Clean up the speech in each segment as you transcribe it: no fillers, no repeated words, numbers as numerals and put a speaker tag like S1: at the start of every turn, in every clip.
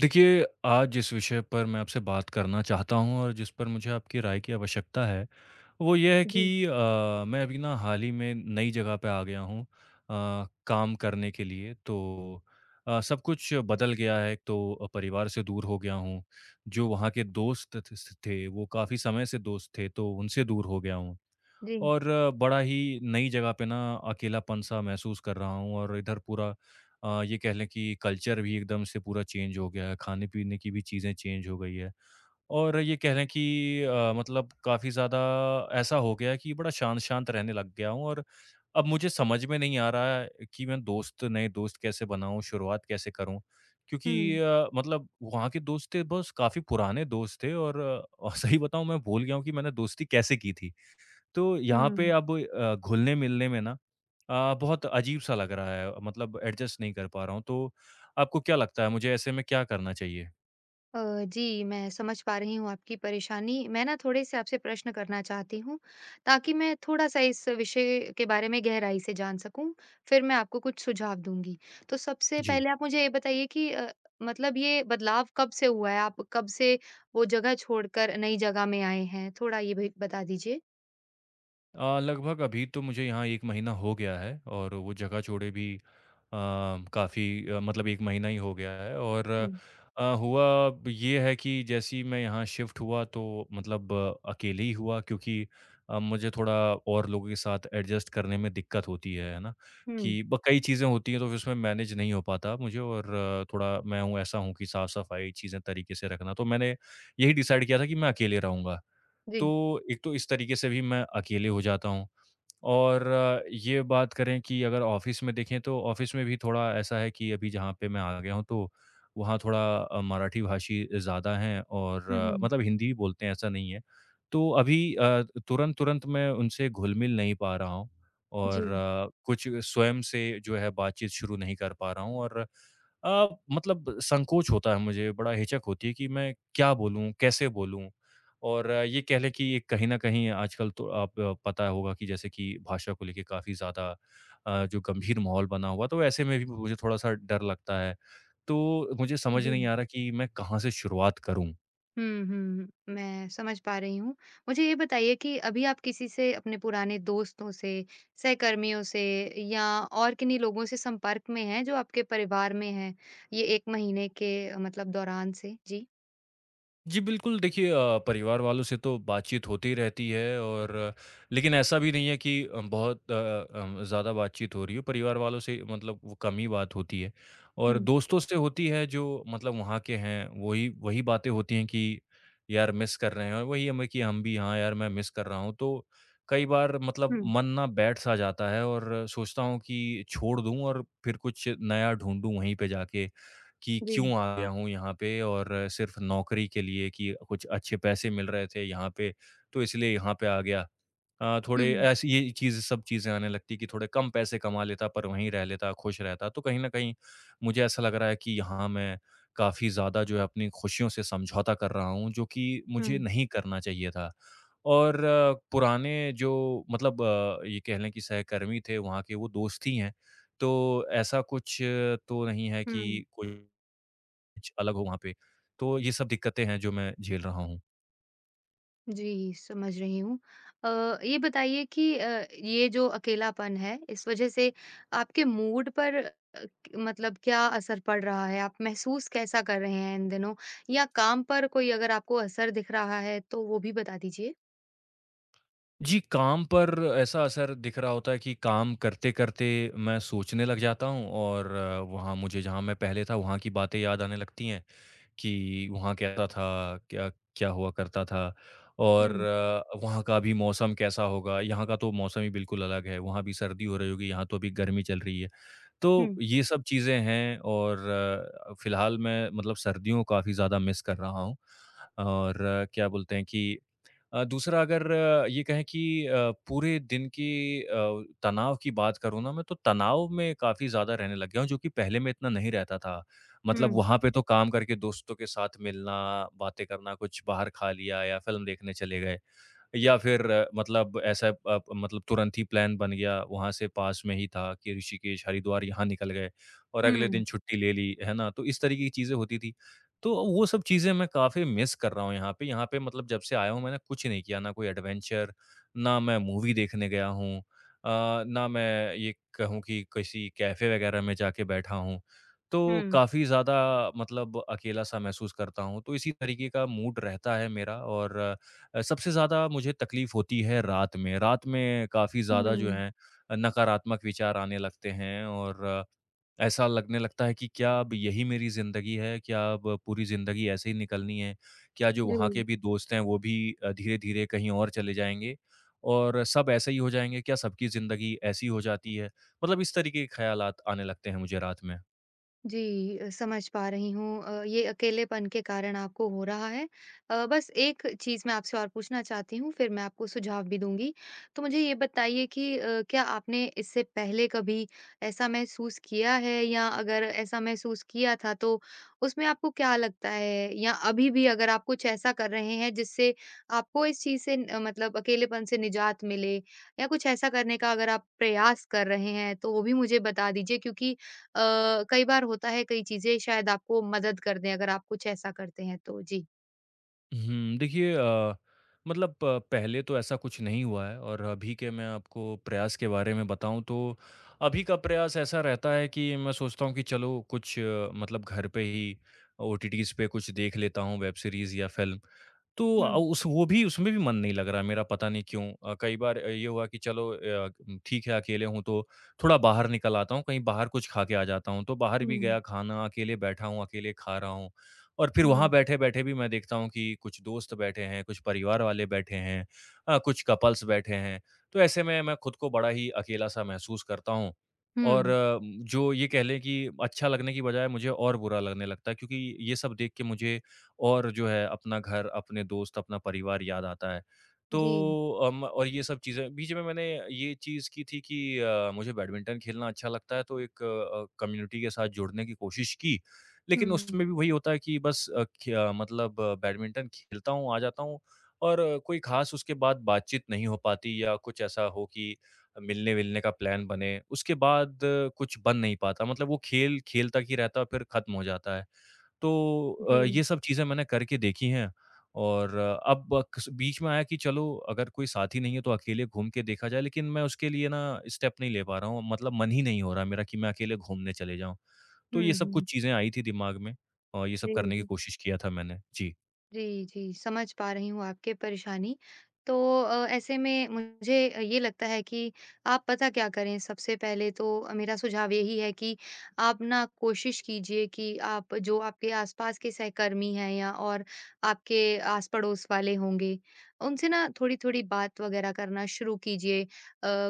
S1: देखिए, आज जिस विषय पर मैं आपसे बात करना चाहता हूँ और जिस पर मुझे आपकी राय की आवश्यकता है, वो ये है
S2: जी,
S1: कि मैं अभी ना हाल ही में नई जगह पे आ गया हूँ काम करने के लिए। तो सब कुछ बदल गया है, तो परिवार से दूर हो गया हूँ। जो वहाँ के दोस्त थ स थे, वो काफ़ी समय से दोस्त थे, तो उनसे दूर हो गया हूँ।
S2: जी।
S1: और बड़ा ही नई जगह पे ना अकेलापन सा महसूस कर रहा हूँ और इधर पूरा ये कह लें कि कल्चर भी एकदम से पूरा चेंज हो गया है, खाने-पीने की भी चीज़ें चेंज हो गई है और ये कह लें कि मतलब काफ़ी ज़्यादा ऐसा हो गया है कि बड़ा शांत-शांत रहने लग गया हूँ और अब मुझे समझ में नहीं आ रहा है कि मैं दोस्त नए दोस्त कैसे बनाऊँ, शुरुआत कैसे करूँ? क्योंकि
S2: हुँ,
S1: मतलब वहाँ के दोस्त थे बस काफ़ी पुराने दोस्त थे और सही बताऊँ मैं भूल गया हूँ कि मैंने दोस्ती कैसे की थी। तो यहाँ पे
S2: हुँ।
S1: अब घुलने-मिलने में ना बहुत अजीब-सा लग रहा है मतलब एडजस्ट नहीं कर पा रहा हूँ। तो आपको क्या लगता है मुझे ऐसे में क्या करना चाहिए?
S2: अ, जी, मैं समझ पा रही हूँ आपकी परेशानी। मैं ना थोड़े-से आपसे प्रश्न करना चाहती हूँ, ताकि मैं थोड़ा-सा इस विषय के बारे में गहराई से जान सकूँ, फिर मैं आपको कुछ सुझाव दूँगी। तो सबसे
S1: जी।
S2: पहले आप मुझे ये बताइए कि मतलब ये बदलाव कब से हुआ है? आप कब से वो जगह छोड़कर नई जगह में आए हैं? थोड़ा ये भी बता दीजिए।
S1: लगभग अभी तो मुझे यहाँ 1 महीना हो गया है और वो जगह छोड़े भी अ, काफ़ी मतलब 1 महीना ही हो गया है और
S2: हुँ,
S1: हुआ ये है कि जैसे ही मैं यहाँ शिफ्ट हुआ तो मतलब अकेले ही हुआ क्योंकि मुझे थोड़ा और लोगों के साथ एडजस्ट करने में दिक्कत होती है ना?
S2: हुँ।
S1: कि ब कई चीज़ें होती हैं तो फिर उसमें मैनेज नहीं हो पाता मुझे और थोड़ा मैं हूँ ऐसा हूँ कि साफ-सफाई चीज़ें तरीके से रखना, तो मैंने यही डिसाइड किया था कि मैं अकेले रहूँगा।
S2: जी।
S1: तो एक तो इस तरीके से भी मैं अकेले हो जाता हूँ और ये बात करें कि अगर ऑफ़िस में देखें तो ऑफ़िस में भी थोड़ा ऐसा है कि अभी जहाँ पे मैं आ गया हूँ तो वहाँ थोड़ा मराठी भाषी ज़्यादा हैं और
S2: हुँ, हुँ।
S1: मतलब हिंदी भी बोलते हैं ऐसा नहीं है। तो अभी तुरंत-तुरंत मैं उनसे घुल-मिल नहीं पा रहा हूँ और
S2: जी,
S1: कुछ स्वयं से जो है बातचीत शुरू नहीं कर पा रहा हूँ और अ, मतलब संकोच होता है मुझे, बड़ा हिचक होती है कि मैं क्या बोलूँ, कैसे बोलूँ? और ये कह लें कि एक कहीं न कहीं आजकल तो आप पता होगा कि जैसे कि भाषा को लेके काफ़ी ज़्यादा जो गंभीर माहौल बना हुआ, तो ऐसे में भी मुझे थोड़ा-सा डर लगता है। तो मुझे समझ
S2: जी।
S1: नहीं आ रहा कि मैं कहाँ से शुरुआत करूँ?
S2: हुँ, हुँ। मैं समझ पा रही हूँ। मुझे ये बताइए कि अभी आप किसी से अपने पुराने दोस्तों से, सहकर्मियों से या और किन्हीं लोगों से संपर्क में हैं जो आपके परिवार में हैं, ये 1 महीने के मतलब दौरान से? जी।
S1: जी बिल्कुल, देखिए परिवार वालों से तो बातचीत होती ही रहती है और लेकिन ऐसा भी नहीं है कि बहुत ज़्यादा बातचीत हो रही हो, परिवार वालों से मतलब वो कम ही बात होती है। और
S2: हुँ,
S1: दोस्तों से होती है जो मतलब वहाँ के हैं, वही वही बातें होती हैं कि यार मिस कर रहे हैं और वही हमें कि हम भी हाँ यार मैं मिस कर रहा हूँ। तो कई बार मतलब
S2: हुँ।
S1: मन ना बैठ-सा जाता है और सोचता हूँ कि छोड़ दूँ और फिर कुछ नया ढूँढूँ वहीं पे जाके कि
S2: जी।
S1: क्यों आ गया हूँ यहाँ पे और सिर्फ नौकरी के लिए कि कुछ अच्छे पैसे मिल रहे थे यहाँ पे तो इसलिए यहाँ पे आ गया।
S2: हुँ,
S1: थोड़े
S2: हुँ।
S1: ऐसी ये चीज़ सब चीज़ें आने लगती कि थोड़े कम पैसे कमा लेता पर वहीं रह लेता, खुश रहता। तो कहीं न कहीं मुझे ऐसा लग रहा है कि यहाँ मैं काफ़ी ज़्यादा जो है अपनी खुशियों से समझौता कर रहा हूँ जो कि मुझे
S2: हुँ,
S1: नहीं करना चाहिए था। और पुराने जो मतलब ये कह लें कि सहकर्मी थे वहाँ के वो दोस्त ही हैं। तो ऐसा कुछ तो नहीं है
S2: हुँ।
S1: कि कोई कुछ अलग हो वहाँ पे। तो ये सब दिक्कतें हैं जो मैं झेल रहा हूँ।
S2: जी, समझ रही हूँ। अ, ये बताइए कि ये जो अकेलापन है, इस वजह से आपके मूड पर क- मतलब क्या असर पड़ रहा है? आप महसूस कैसा कर रहे हैं इन दिनों? या काम पर कोई अगर आपको असर दिख रहा है, तो वो भी बता दीजिए?
S1: जी, काम पर ऐसा असर दिख रहा होता है कि काम करते-करते मैं सोचने लग जाता हूँ और वहाँ मुझे जहाँ मैं पहले था वहाँ की बातें याद आने लगती हैं कि वहाँ कैसा था, क्या क्या हुआ करता था और
S2: हुँ,
S1: वहाँ का भी मौसम कैसा होगा? यहाँ का तो मौसम ही बिल्कुल अलग है, वहाँ भी सर्दी हो रही होगी, यहाँ तो अभी गर्मी चल रही है। तो
S2: हुँ,
S1: ये सब चीज़ें हैं और फिलहाल मैं मतलब सर्दियों को काफ़ी ज़्यादा मिस कर रहा हूँ और क्या बोलते हैं कि दूसरा अगर ये कहें कि अ, पूरे दिन की तनाव की बात करूँ ना मैं, तो तनाव में काफ़ी ज़्यादा रहने लग गया हूँ, जो कि पहले में इतना नहीं रहता था। मतलब
S2: हुँ,
S1: वहाँ पे तो काम करके दोस्तों के साथ मिलना, बातें करना, कुछ बाहर खा लिया या फ़िल्म देखने चले गए। या फिर मतलब ऐसा मतलब तुरंत ही प्लान बन गया वहाँ से पास में ही था कि ऋषिकेश, हरिद्वार यहाँ निकल गए और अगले
S2: हुँ,
S1: दिन छुट्टी ले ली, है ना? तो इस तरीके की चीज़ें होती थी। तो वो सब चीज़ें मैं काफ़ी मिस कर रहा हूँ यहाँ पे। यहाँ पे मतलब जब से आया हूँ मैंने कुछ नहीं किया, ना कोई एडवेंचर, ना मैं मूवी देखने गया हूँ ना मैं ये कहूँ कि किसी कैफ़े वगैरह में जाके बैठा हूँ। तो
S2: हुँ,
S1: काफ़ी ज़्यादा मतलब अकेला-सा महसूस करता हूँ। तो इसी तरीके का मूड रहता है मेरा और सबसे ज़्यादा मुझे तकलीफ़ होती है रात में। रात में काफ़ी ज़्यादा जो
S2: हुँ,
S1: है नकारात्मक विचार आने लगते हैं और ऐसा लगने लगता है कि क्या अब यही मेरी ज़िंदगी है? क्या अब पूरी ज़िंदगी ऐसे ही निकलनी है? क्या जो
S2: जी।
S1: वहाँ के भी दोस्त हैं वो भी धीरे-धीरे कहीं और चले जाएँगे? और सब ऐसे ही हो जाएँगे? क्या सबकी ज़िंदगी ऐसी हो जाती है? मतलब इस तरीके के ख़्यालात आने लगते हैं मुझे रात में।
S2: जी, समझ पा रही हूँ ये अकेलेपन के कारण आपको हो रहा है। बस एक चीज़ मैं आपसे और पूछना चाहती हूँ, फिर मैं आपको सुझाव भी दूँगी। तो मुझे ये बताइए कि क्या आपने इससे पहले कभी ऐसा महसूस किया है या अगर ऐसा महसूस किया था तो उसमें आपको क्या लगता है? या अभी भी अगर आप कुछ ऐसा कर रहे हैं जिससे आपको इस चीज़ से मतलब अकेलेपन से निजात मिले या कुछ ऐसा करने का अगर आप प्रयास कर रहे हैं, तो वो भी मुझे बता दीजिए क्योंकि कई बार होता है कई चीज़ें शायद आपको मदद कर दें अगर आप कुछ ऐसा करते हैं तो? जी।
S1: हुँ, देखिए मतलब प पहले तो ऐसा कुछ नहीं हुआ है और अभी के मैं आपको प्रयास के बारे में बताऊँ तो अभी का प्रयास ऐसा रहता है कि मैं सोचता हूँ कि चलो कुछ मतलब घर पे ही ओटीटीज़ पे कुछ देख लेता हूँ, वेब सीरीज़ या फ़िल्म। तो
S2: हुँ,
S1: अ, उस वो भी उसमें भी मन नहीं लग रहा मेरा पता नहीं क्यों? कई बार ये हुआ कि चलो ठीक है अकेले हूँ तो थोड़ा बाहर निकल आता हूँ, कहीं बाहर कुछ खा के आ जाता हूँ। तो बाहर भी
S2: हुँ,
S1: गया खाना, अकेले बैठा हूँ, अकेले खा रहा हूँ। और फिर वहाँ
S2: हुँ।
S1: बैठे-बैठे भी मैं देखता हूँ कि कुछ दोस्त बैठे हैं, कुछ परिवार वाले बैठे हैं कुछ कपल्स बैठे हैं। तो ऐसे में मैं खुद को बड़ा ही अकेला-सा महसूस करता हूँ और
S2: हुँ।
S1: जो ये कह लें कि अच्छा लगने की बजाय मुझे और बुरा लगने लगता है क्योंकि ये सब देख के मुझे और जो है अपना घर, अपने दोस्त, अपना परिवार याद आता है। तो
S2: जी,
S1: और ये सब चीज़ें बीच में मैंने ये चीज़ की थी कि मुझे बैडमिंटन खेलना अच्छा लगता है तो एक कम्युनिटी के साथ जुड़ने की कोशिश की लेकिन
S2: हुँ,
S1: उसमें भी वही होता है कि बस बैडमिंटन खेलता हूँ, आ जाता हूँ और कोई ख़ास उसके बाद बातचीत नहीं हो पाती या कुछ ऐसा हो कि मिलने-विलने का प्लान बने। उसके बाद कुछ बन नहीं पाता मतलब वो खेल, खेल तक ही रहता है फिर ख़त्म हो जाता है। तो
S2: जी,
S1: ये सब चीज़ें मैंने करके देखी हैं और अ, अब कस बीच में आया कि चलो अगर कोई साथी नहीं है तो अकेले घूम के देखा जाए लेकिन मैं उसके लिए ना स्टेप नहीं ले पा रहा हूँ मतलब मन ही नहीं हो रहा मेरा कि मैं अकेले घूमने चले जाऊँ। तो ये
S2: हुँ,
S1: सब कुछ
S2: हुँ,
S1: चीज़ें आई थी दिमाग में और ये सब
S2: जी,
S1: करने की
S2: जी।
S1: कोशिश किया था मैंने। जी।
S2: जी, जी, समझ पा रही हूँ आपकी परेशानी। तो ऐसे में मुझे ये लगता है कि आप पता क्या करें, सबसे पहले तो मेरा सुझाव यही है कि आप ना कोशिश कीजिए कि आप जो आपके आसपास के सहकर्मी हैं या और आपके आस-पड़ोस वाले होंगे, उनसे ना थोड़ी-थोड़ी बात वगैरह करना शुरू कीजिए। अ,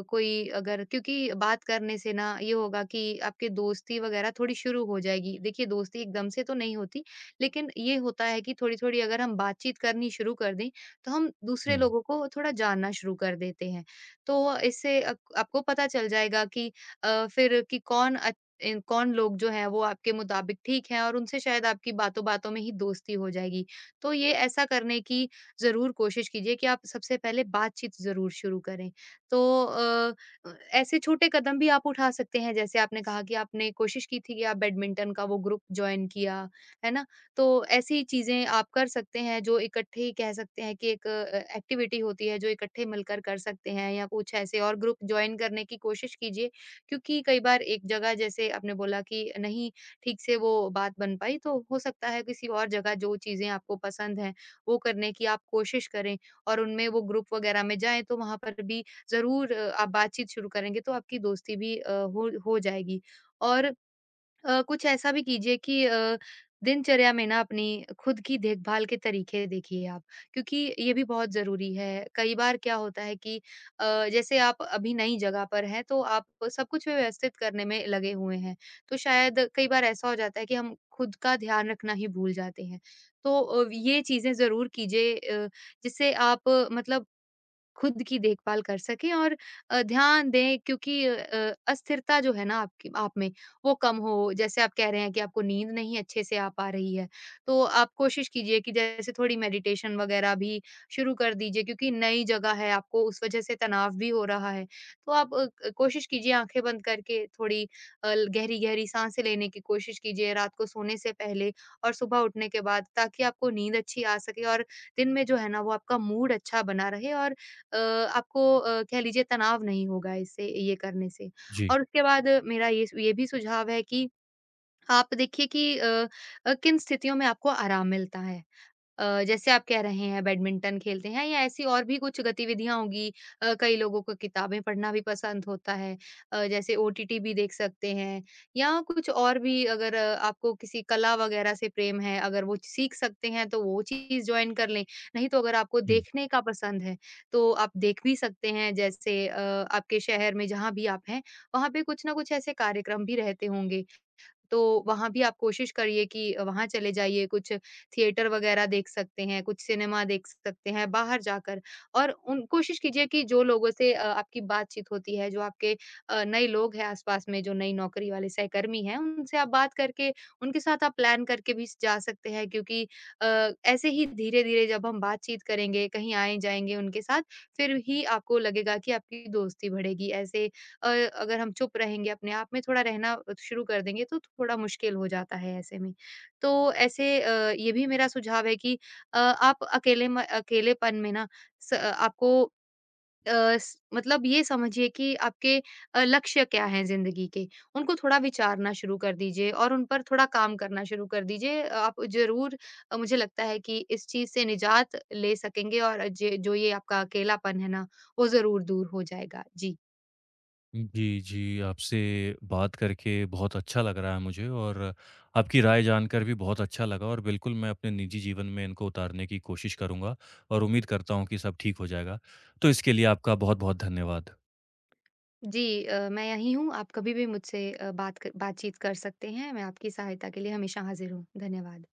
S2: कोई अगर क्योंकि बात करने से ना ये होगा कि आपकी दोस्ती वगैरह थोड़ी शुरू हो जाएगी। देखिए दोस्ती एकदम से तो नहीं होती, लेकिन ये होता है कि थोड़ी-थोड़ी अगर हम बातचीत करनी शुरू कर दें, तो हम
S1: हुँ,
S2: दूसरे लोगों को थोड़ा जानना शुरू कर देते हैं। तो इससे अक आपको पता चल जाएगा कि अ, फिर कि कौन अ, इन कौन लोग जो हैं वो आपके मुताबिक ठीक हैं और उनसे शायद आपकी बातों-बातों में ही दोस्ती हो जाएगी। तो ये ऐसा करने की ज़रूर कोशिश कीजिए कि आप सबसे पहले बातचीत ज़रूर शुरू करें। तो अ, ऐसे छोटे कदम भी आप उठा सकते हैं, जैसे आपने कहा कि आपने कोशिश की थी कि आप बैडमिंटन का वो ग्रुप जॉइन किया, है ना? तो ऐसी चीज़ें आप कर सकते हैं जो इकट्ठे ही कह सकते हैं कि एक एक्टिविटी होती है जो इकट्ठे मिलकर कर सकते हैं या कुछ ऐसे और ग्रुप ज्वाइन करने की कोशिश कीजिए क्योंकि कई बार एक जगह जैसे आपने बोला कि नहीं ठीक से वो बात बन पाई तो हो सकता है किसी और जगह जो चीज़ें आपको पसंद हैं वो करने की आप कोशिश करें और उनमें वो ग्रुप वगैरह में जाएं तो वहां पर भी जरूर आप बातचीत शुरू करेंगे तो आपकी दोस्ती भी हो जाएगी और कुछ ऐसा भी कीजिए कि दिनचर्या में ना अपनी खुद की देखभाल के तरीके देखिए आप क्योंकि ये भी बहुत ज़रूरी है। कई बार क्या होता है कि जैसे आप अभी नई जगह पर हैं तो आप सब कुछ व्यवस्थित करने में लगे हुए हैं। तो शायद कई बार ऐसा हो जाता है कि हम खुद का ध्यान रखना ही भूल जाते हैं। तो ये चीज़ें ज़रूर कीजिए जिससे आप मतलब खुद की देखभाल कर सकें और ध्यान दें क्योंकि अस्थिरता जो है ना आपकी आप में वो कम हो। जैसे आप कह रहे हैं कि आपको नींद नहीं अच्छे से आ पा रही है, तो आप कोशिश कीजिए कि जैसे थोड़ी मेडिटेशन वगैरह भी शुरू कर दीजिए क्योंकि नई जगह है, आपको उस वज़ह से तनाव भी हो रहा है। तो आप अ, क कोशिश कीजिए आँखें बंद करके थोड़ी अ, गहरी-गहरी सांसें लेने की कोशिश कीजिए रात को सोने से पहले और सुबह उठने के बाद ताकि आपको नींद अच्छी आ सके और दिन में जो है ना वो आपका मूड अच्छा बना रहे और अ, आपको कह लीजिए तनाव नहीं होगा इससे ये करने से।
S1: जी।
S2: और उसके बाद मेरा ये भी सुझाव है कि आप देखिए कि किन स्थितियों में आपको आराम मिलता है। जैसे आप कह रहे हैं बैडमिंटन खेलते हैं या ऐसी और भी कुछ गतिविधियाँ होंगी कई लोगों को किताबें पढ़ना भी पसंद होता है जैसे ओटीटी भी देख सकते हैं या कुछ और भी अगर आपको किसी कला वगैरह से प्रेम है अगर वो सीख सकते हैं तो वो चीज़ जॉइन कर लें नहीं तो अगर आपको
S1: हुँ।
S2: देखने का पसंद है तो आप देख भी सकते हैं जैसे आपके शहर में जहाँ भी आप हैं वहाँ पे कुछ ना कुछ ऐसे कार्यक्रम भी रहते होंगे तो वहाँ भी आप कोशिश करिए कि वहाँ चले जाइए, कुछ थिएटर वग़ैरह देख सकते हैं, कुछ सिनेमा देख सकते हैं बाहर जाकर और उन कोशिश कीजिए कि जो लोगों से आपकी बातचीत होती है, जो आपके नए लोग हैं आस-पास में, जो नई नौकरी वाले सहकर्मी हैं, उनसे आप बात करके, उनके साथ आप प्लान करके भी जा सकते हैं क्योंकि ऐसे ही धीरे-धीरे जब हम बातचीत करेंगे, कहीं आएँ-जाएँगे उनके साथ, फिर ही आपको लगेगा कि आपकी दोस्ती बढ़ेगी। ऐसे अ, अगर हम चुप रहेंगे, अपने आप में थोड़ा रहना शुरू कर देंगे तो थोड़ा मुश्किल हो जाता है ऐसे में। तो ऐसे ये भी मेरा सुझाव है कि आप अकेलेपन में ना स आपको अ, स मतलब ये समझिए कि आपके लक्ष्य क्या हैं ज़िंदगी के, उनको थोड़ा विचारना शुरू कर दीजिए और उन पर थोड़ा काम करना शुरू कर दीजिए। आप ज़रूर मुझे लगता है कि इस चीज़ से निजात ले सकेंगे और जे जो ये आपका अकेलापन है ना, वो ज़रूर दूर हो जाएगा। जी।
S1: जी, जी, आपसे बात करके बहुत अच्छा लग रहा है मुझे और आपकी राय जानकर भी बहुत अच्छा लगा और बिल्कुल मैं अपने निजी जीवन में इनको उतारने की कोशिश करूँगा और उम्मीद करता हूँ कि सब ठीक हो जाएगा। तो इसके लिए आपका बहुत-बहुत धन्यवाद।
S2: जी मैं यहीं हूँ, आप कभी भी मुझसे बातचीत कर सकते हैं, मैं आपकी सहायता के लिए हमेशा हाज़िर हूँ। धन्यवाद।